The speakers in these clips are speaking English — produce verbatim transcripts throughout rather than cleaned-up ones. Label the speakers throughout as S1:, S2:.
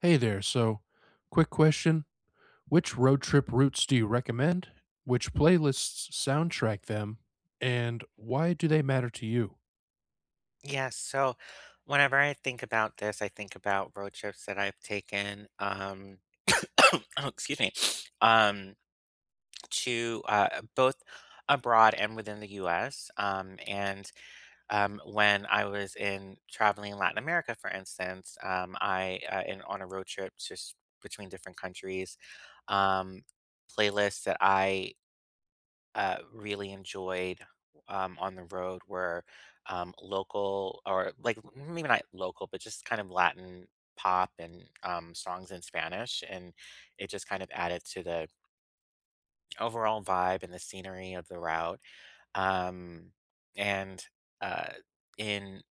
S1: Hey there. So, quick question. Which road trip routes do you recommend? Which playlists soundtrack them? And why do they matter to you?
S2: Yeah, so whenever I think about this, I think about road trips that I've taken, um, oh, excuse me, um, to uh, both abroad and within the U S. Um, and um, when I was in traveling in Latin America, for instance, um, I uh, in on a road trip just between different countries, um, playlists that I uh, really enjoyed um, on the road were um, local or like maybe not local, but just kind of Latin pop and um, songs in Spanish. And it just kind of added to the overall vibe and the scenery of the route. Um, and uh, in,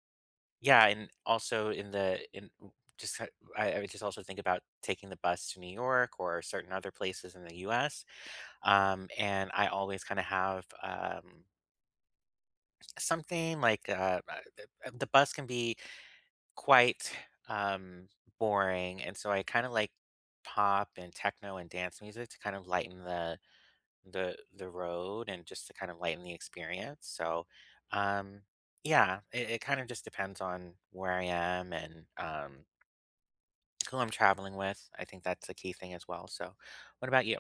S2: yeah, and also in the, in, just ki- I, I would just also think about taking the bus to New York or certain other places in the U S. Um, and I always kind of have um, something like, uh, uh, the uh, the bus can be quite, um, boring, and so I kinda like pop and techno and dance music to kind of lighten the the the road and just to kind of lighten the experience, so, um, yeah, it it kind of just depends on where I am and, um, who I'm traveling with. I think that's a key thing as well, so what about you?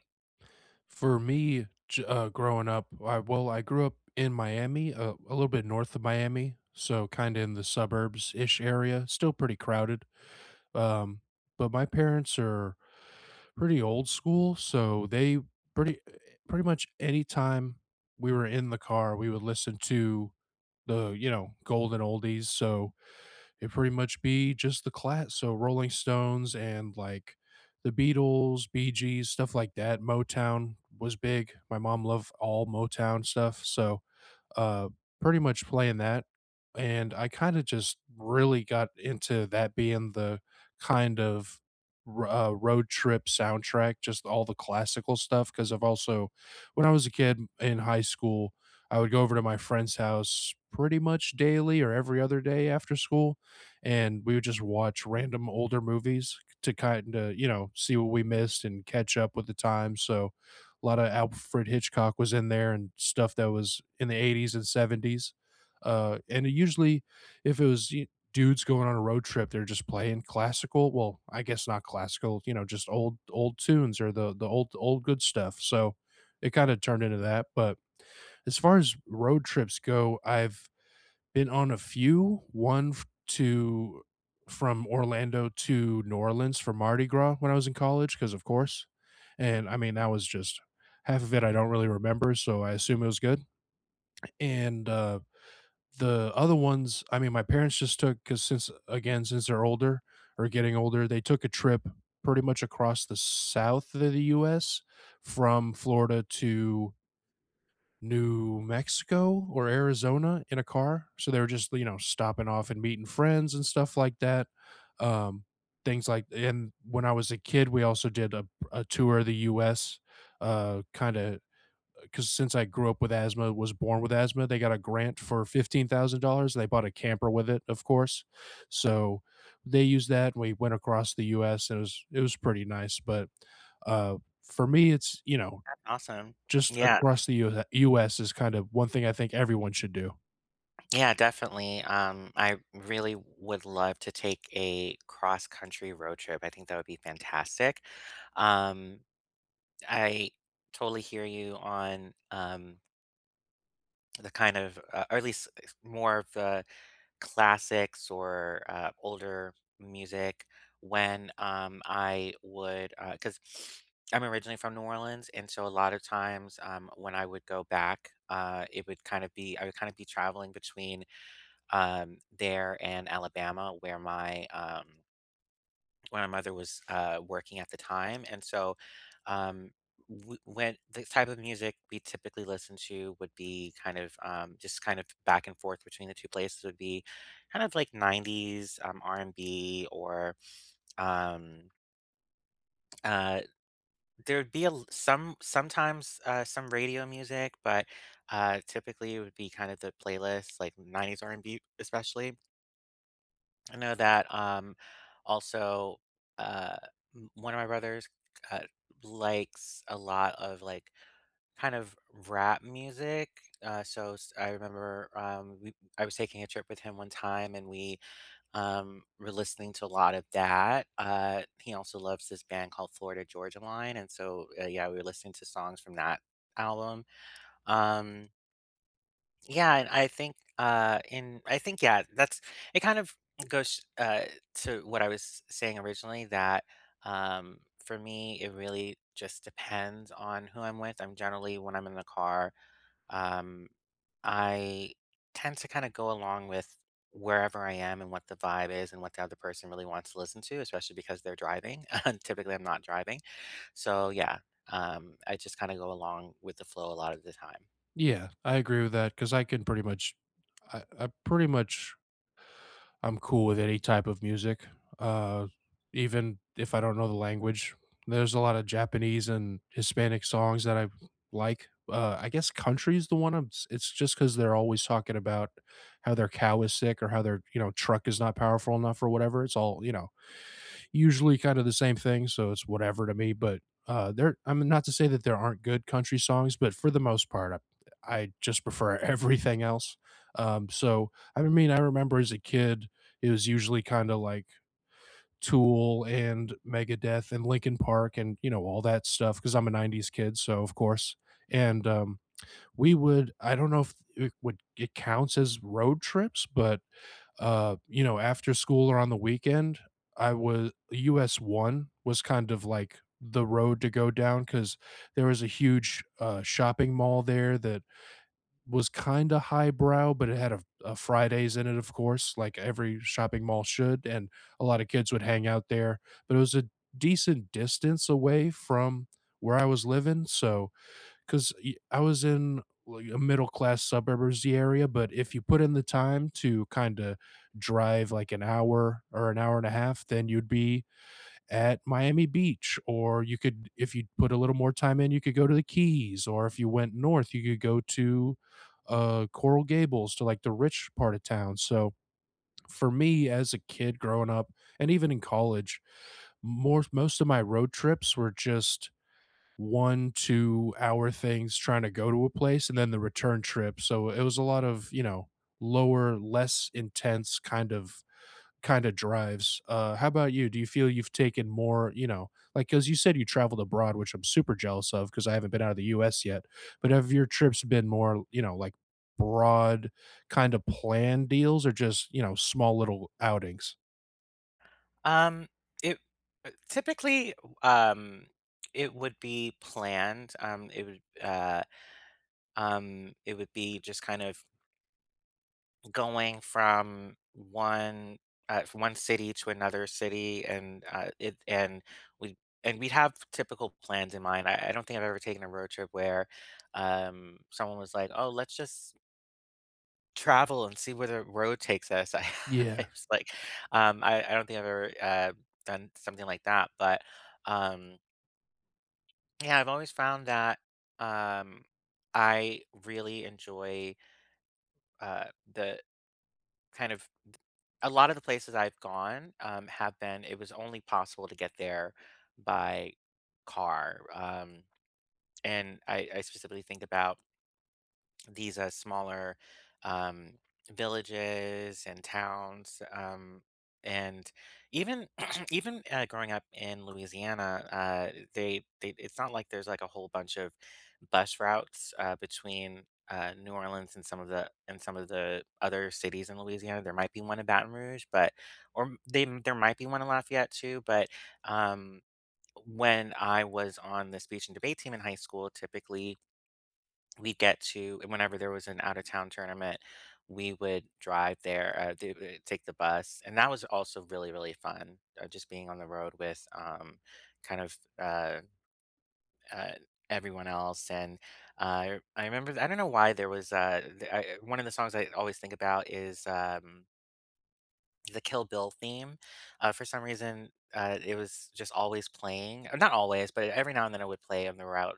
S1: For me, j- uh, growing up, I, well, I grew up in Miami, uh, a little bit north of Miami. So, kind of in the suburbs ish area, still pretty crowded. Um, but my parents are pretty old school. So, they pretty, pretty much any time we were in the car, we would listen to the, you know, golden oldies, so it pretty much be just the class, so Rolling Stones and, like, the Beatles, Bee Gees, stuff like that. Motown was big. My mom loved all Motown stuff, so uh, pretty much playing that, and I kinda just really got into that being the kind of r uh, road trip soundtrack, just all the classical stuff. Because 'cause I've also when I was a kid in high school, I would go over to my friend's house pretty much daily or every other day after school, and we would just watch random older movies to kinda, you know, see what we missed and catch up with the time, so a lot of Alfred Hitchcock was in there and stuff that was in the eighties and seventies. Uh, and it usually, if it was y- dudes going on a road trip, they're just playing classical. Well, I guess not classical, you know, just old old tunes or the the old old good stuff. So it kind of turned into that. But as far as road trips go, I've been on a few. One to from Orlando to New Orleans for Mardi Gras when I was in college, because of course. And I mean, that was just half of it I don't really remember, so I assume it was good. And uh, the other ones, I mean, my parents just took because since again, since they're older or getting older, they took a trip pretty much across the south of the U S from Florida to New Mexico or Arizona in a car. So they were just, you know, stopping off and meeting friends and stuff like that. Um, Things like and when I was a kid, we also did a, a tour of the U S, uh, kind of because since I grew up with asthma, was born with asthma, they got a grant for fifteen thousand dollars. They bought a camper with it, of course. So they used that. We went across the U S and it was it was pretty nice. But uh for me it's you know
S2: Awesome.
S1: just
S2: Yeah.
S1: across the U US is kind of one thing I think everyone should do.
S2: Yeah, definitely. Um, I really would love to take a cross-country road trip. I think that would be fantastic. Um, I totally hear you on um, the kind of, uh, or at least s- more of the classics or uh, older music when um, I would, because I'm originally from New Orleans, and so a lot of times um, when I would go back, uh, it would kind of be, I would kind of be traveling between um, there in Alabama where my um, where my mother was uh, working at the time, and so um, w- when the type of music we typically listen to would be kind of um, just kind of back and forth between the two places would be kind of like nineties um, r&b or um uh there'd be a l- some sometimes uh some radio music but uh typically it would be kind of the playlist like nineties r&b especially I know that, um, also, uh, m one of my brothers, uh, likes a lot of, like, kind of rap music, uh, so s I remember, um, we I was taking a trip with him one time, and we, um, were listening to a lot of that, uh, he also loves this band called Florida Georgia Line, and so, uh, yeah, we were listening to songs from that album, um yeah, and I think, uh, in I think, yeah, that's it kind of goes, uh, to what I was saying originally that, um, for me, it really just depends on who I'm with. I'm generally, when I'm in the car, um, I tend to kind of go along with wherever I am and what the vibe is and what the other person really wants to listen to, especially because they're driving. And typically, I'm not driving. So, yeah, um, I just kind of go along with the flow a lot of the time.
S1: Yeah, I agree with that because I can pretty much I I pretty much I'm cool with any type of music, uh, even if I don't know the language. There's a lot of Japanese and Hispanic songs that I like. Uh, I guess country is the one. I'm s It's just 'cause they're always talking about how their cow is sick or how their, you know, truck is not powerful enough or whatever. It's all, you know usually kind of the same thing, so it's whatever to me. But uh, there, I mean, not to say that there aren't good country songs, but for the most part, I, I just prefer everything else. Um, so I mean, I remember as a kid, it was usually kind of like Tool and Megadeth and Linkin Park and you know all that stuff because I'm a nineties kid, so of course. And um, we would, I don't know if it would it counts as road trips, but uh, you know, after school or on the weekend, I was U S one was kind of like the road to go down because there was a huge uh, shopping mall there that was kind of highbrow, but it had a, a Fridays in it, of course, like every shopping mall should. And a lot of kids would hang out there, but it was a decent distance away from where I was living. So, 'cause I was in, like, a middle-class suburbs area, but if you put in the time to kinda drive, like, an hour or an hour and a half, then you'd be at Miami Beach, or you could if you put a little more time in, you could go to the Keys, or if you went north, you could go to, uh, Coral Gables to, like, the rich part of town. So for me as a kid growing up, and even in college, more most of my road trips were just one two hour things, trying to go to a place and then the return trip, so it was a lot of you know lower, less intense kind of kind of drives. Uh how about you? Do you feel you've taken more, you know like, because you said you traveled abroad, which I'm super jealous of because I haven't been out of the U S yet, but have your trips been more, you know like, broad kind of plan deals, or just you know small little outings?
S2: Um, it uh, typically, um, it would be planned. Um, it would, uh, um, it would be just kind of going from one, uh, from one city to another city, and uh, it, and we, and we'd have typical plans in mind. I, I don't think I've ever taken a road trip where, um, someone was like, "Oh, let's just travel and see where the road takes us." I I
S1: Yeah.
S2: was like, um, I I don't think I've ever, uh, done something like that, but, um, yeah, I've always found that, um, I really enjoy, uh, the kind of a lot of the places I've gone, um, have been it was only possible to get there by car, um, and I I specifically think about these uh, smaller um, villages and towns. Um, and even even uh, growing up in Louisiana, uh, they, they it's not like there's like a whole bunch of bus routes uh, between uh, New Orleans and some of the and some of the other cities in Louisiana. There might be one in Baton Rouge, but or m- they there might be one in Lafayette too. But um, when I was on the speech and debate team in high school, typically we'd get to and whenever there was an out of town tournament, we would drive there, uh, th- uh, take the bus, and that was also really really fun. Uh, just being on the road with um, kind of uh, uh, everyone else, and uh, I remember I don't know why there was uh, th- I, one of the songs I always think about is. Um, the Kill Bill theme. Uh, for some reason, uh, it was just always playing. uh, Not always, but every now and then it would play on the route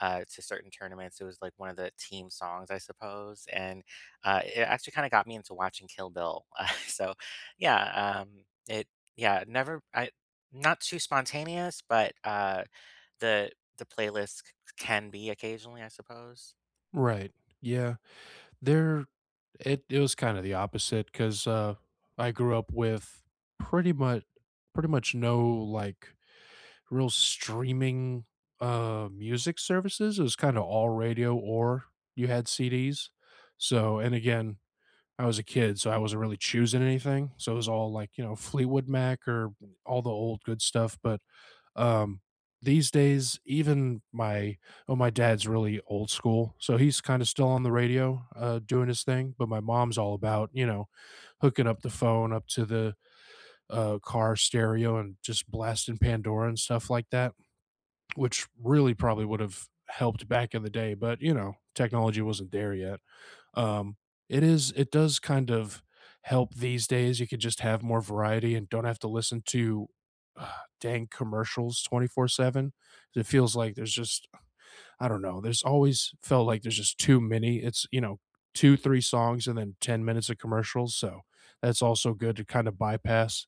S2: uh, to certain tournaments. It was like one of the team songs, I suppose. And uh, it actually kind of got me into watching Kill Bill. Uh, so, yeah, um, it, yeah, never, I, not too spontaneous, but uh, the, the playlist c- can be occasionally, I suppose.
S1: Right. Yeah. There it it was kinda the opposite 'cause, uh, I grew up with pretty much pretty much no, like, real streaming, uh, music services. It was kinda all radio or you had C Ds. So, and again, I was a kid, so I wasn't really choosing anything. So it was all like, you know, Fleetwood Mac or all the old good stuff, but um, these days, even my oh, my dad's really old school, so he's kinda still on the radio, uh, doing his thing, but my mom's all about, you know, hooking up the phone up to the, uh, car stereo and just blasting Pandora and stuff like that, which really probably would've helped back in the day, but, you know, technology wasn't there yet. Um, it is it does kind of help these days. You could just have more variety and don't have to listen to, uh, dang commercials twenty-four seven. It feels like there's just I don't know, there's always felt like there's just too many. It's, you know, two, three songs and then ten minutes of commercials, so that's also good to kind of bypass.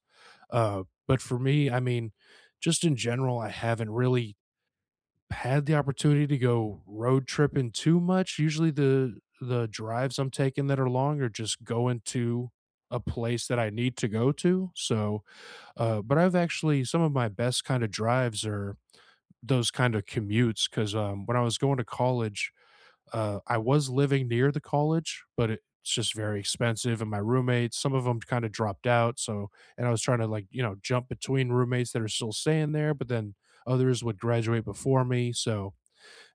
S1: Uh, but for me, I mean, just in general, I haven't really had the opportunity to go road tripping too much. Usually the the drives I'm taking that are long are just going to a place that I need to go to. So, uh, but I've actually some of my best kind of drives are those kind of commutes because, um, when I was going to college, uh, I was living near the college, but it, it's just very expensive. And my roommates, some of them kind of dropped out. So, and I was trying to like you know jump between roommates that are still staying there, but then others would graduate before me. So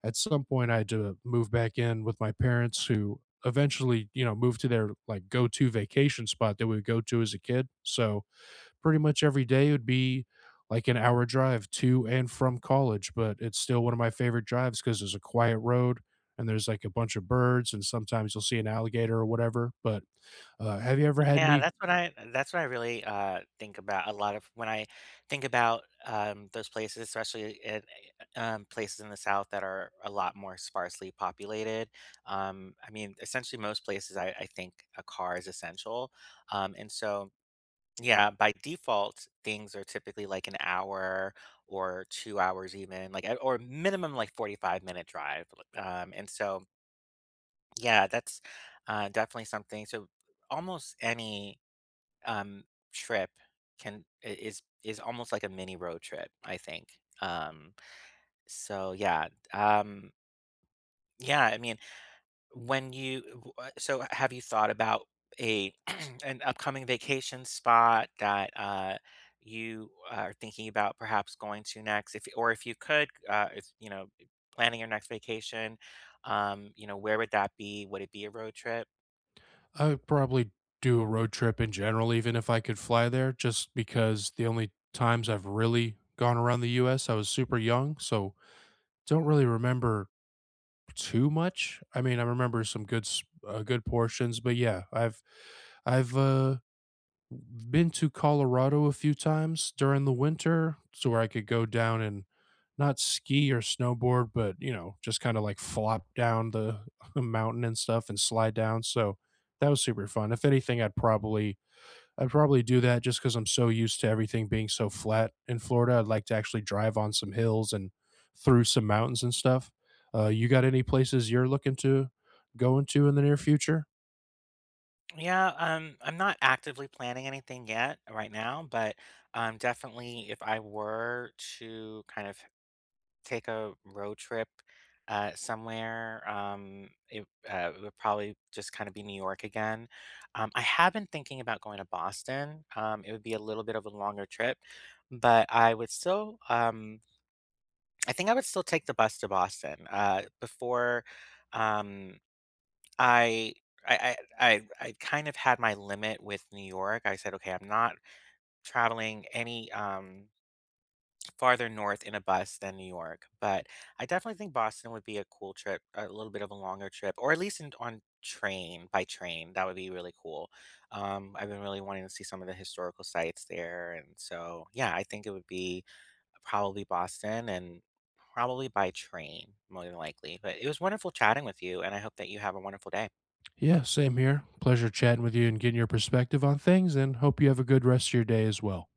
S1: at some point I had to move back in with my parents who eventually, you know, moved to their like go-to vacation spot that we would go to as a kid. So pretty much every day would be like an hour drive to and from college, but it's still one of my favorite drives because there's a quiet road and there's like a bunch of birds and sometimes you'll see an alligator or whatever. But uh, have you ever had
S2: Yeah,
S1: any?
S2: that's what I that's what I really, uh, think about a lot of when I think about, um, those places, especially at, um, places in the South that are a lot more sparsely populated. Um, I mean, essentially most places I I think a car is essential. Um, and so, yeah, by default, things are typically like an hour or two hours even, like, at or minimum, like, forty-five-minute drive. Um, and so, yeah, that's, uh, definitely something so almost any um, trip can i- is is almost like a mini road trip, I think. Um, so yeah, um, yeah. I mean, when you w- uh, so have you thought about a an upcoming vacation spot that uh, you are thinking about perhaps going to next, if or if you could, uh, if you know, planning your next vacation, um, you know, where would that be? Would it be a road trip?
S1: I would probably do a road trip in general, even if I could fly there, just because the only times I've really gone around the U S, I was super young, so don't really remember too much. I mean, I remember some good s- uh, good portions, but yeah, I've I've uh, been to Colorado a few times during the winter, so where I could go down and not ski or snowboard, but you know, just kind of like flop down the mountain and stuff and slide down. So that was super fun. If anything, I'd probably I'd probably do that just because I'm so used to everything being so flat in Florida. I'd like to actually drive on some hills and through some mountains and stuff. Uh, you got any places you're looking to go into in the near future?
S2: Yeah, um, I'm not actively planning anything yet uh, right now, but um, definitely if I were to kind of take a road trip uh, somewhere, um, it, uh, it would probably just kind of be New York again. Um, I have been thinking about going to Boston. Um, it would be a little bit of a longer trip, but I would still, um, I think I would still take the bus to Boston. Uh, before. Um, I I I I I kind of had my limit with New York. I said, "Okay, I'm not traveling any um farther north in a bus than New York." But I definitely think Boston would be a cool trip, a little bit of a longer trip, or at least in, on train by train. That would be really cool. Um, I've been really wanting to see some of the historical sites there, and so yeah, I think it would be probably Boston and probably by train more than likely. But it was wonderful chatting with you, and I hope that you have a wonderful day.
S1: Yeah, same here. Pleasure chatting with you and getting your perspective on things, and hope you have a good rest of your day as well.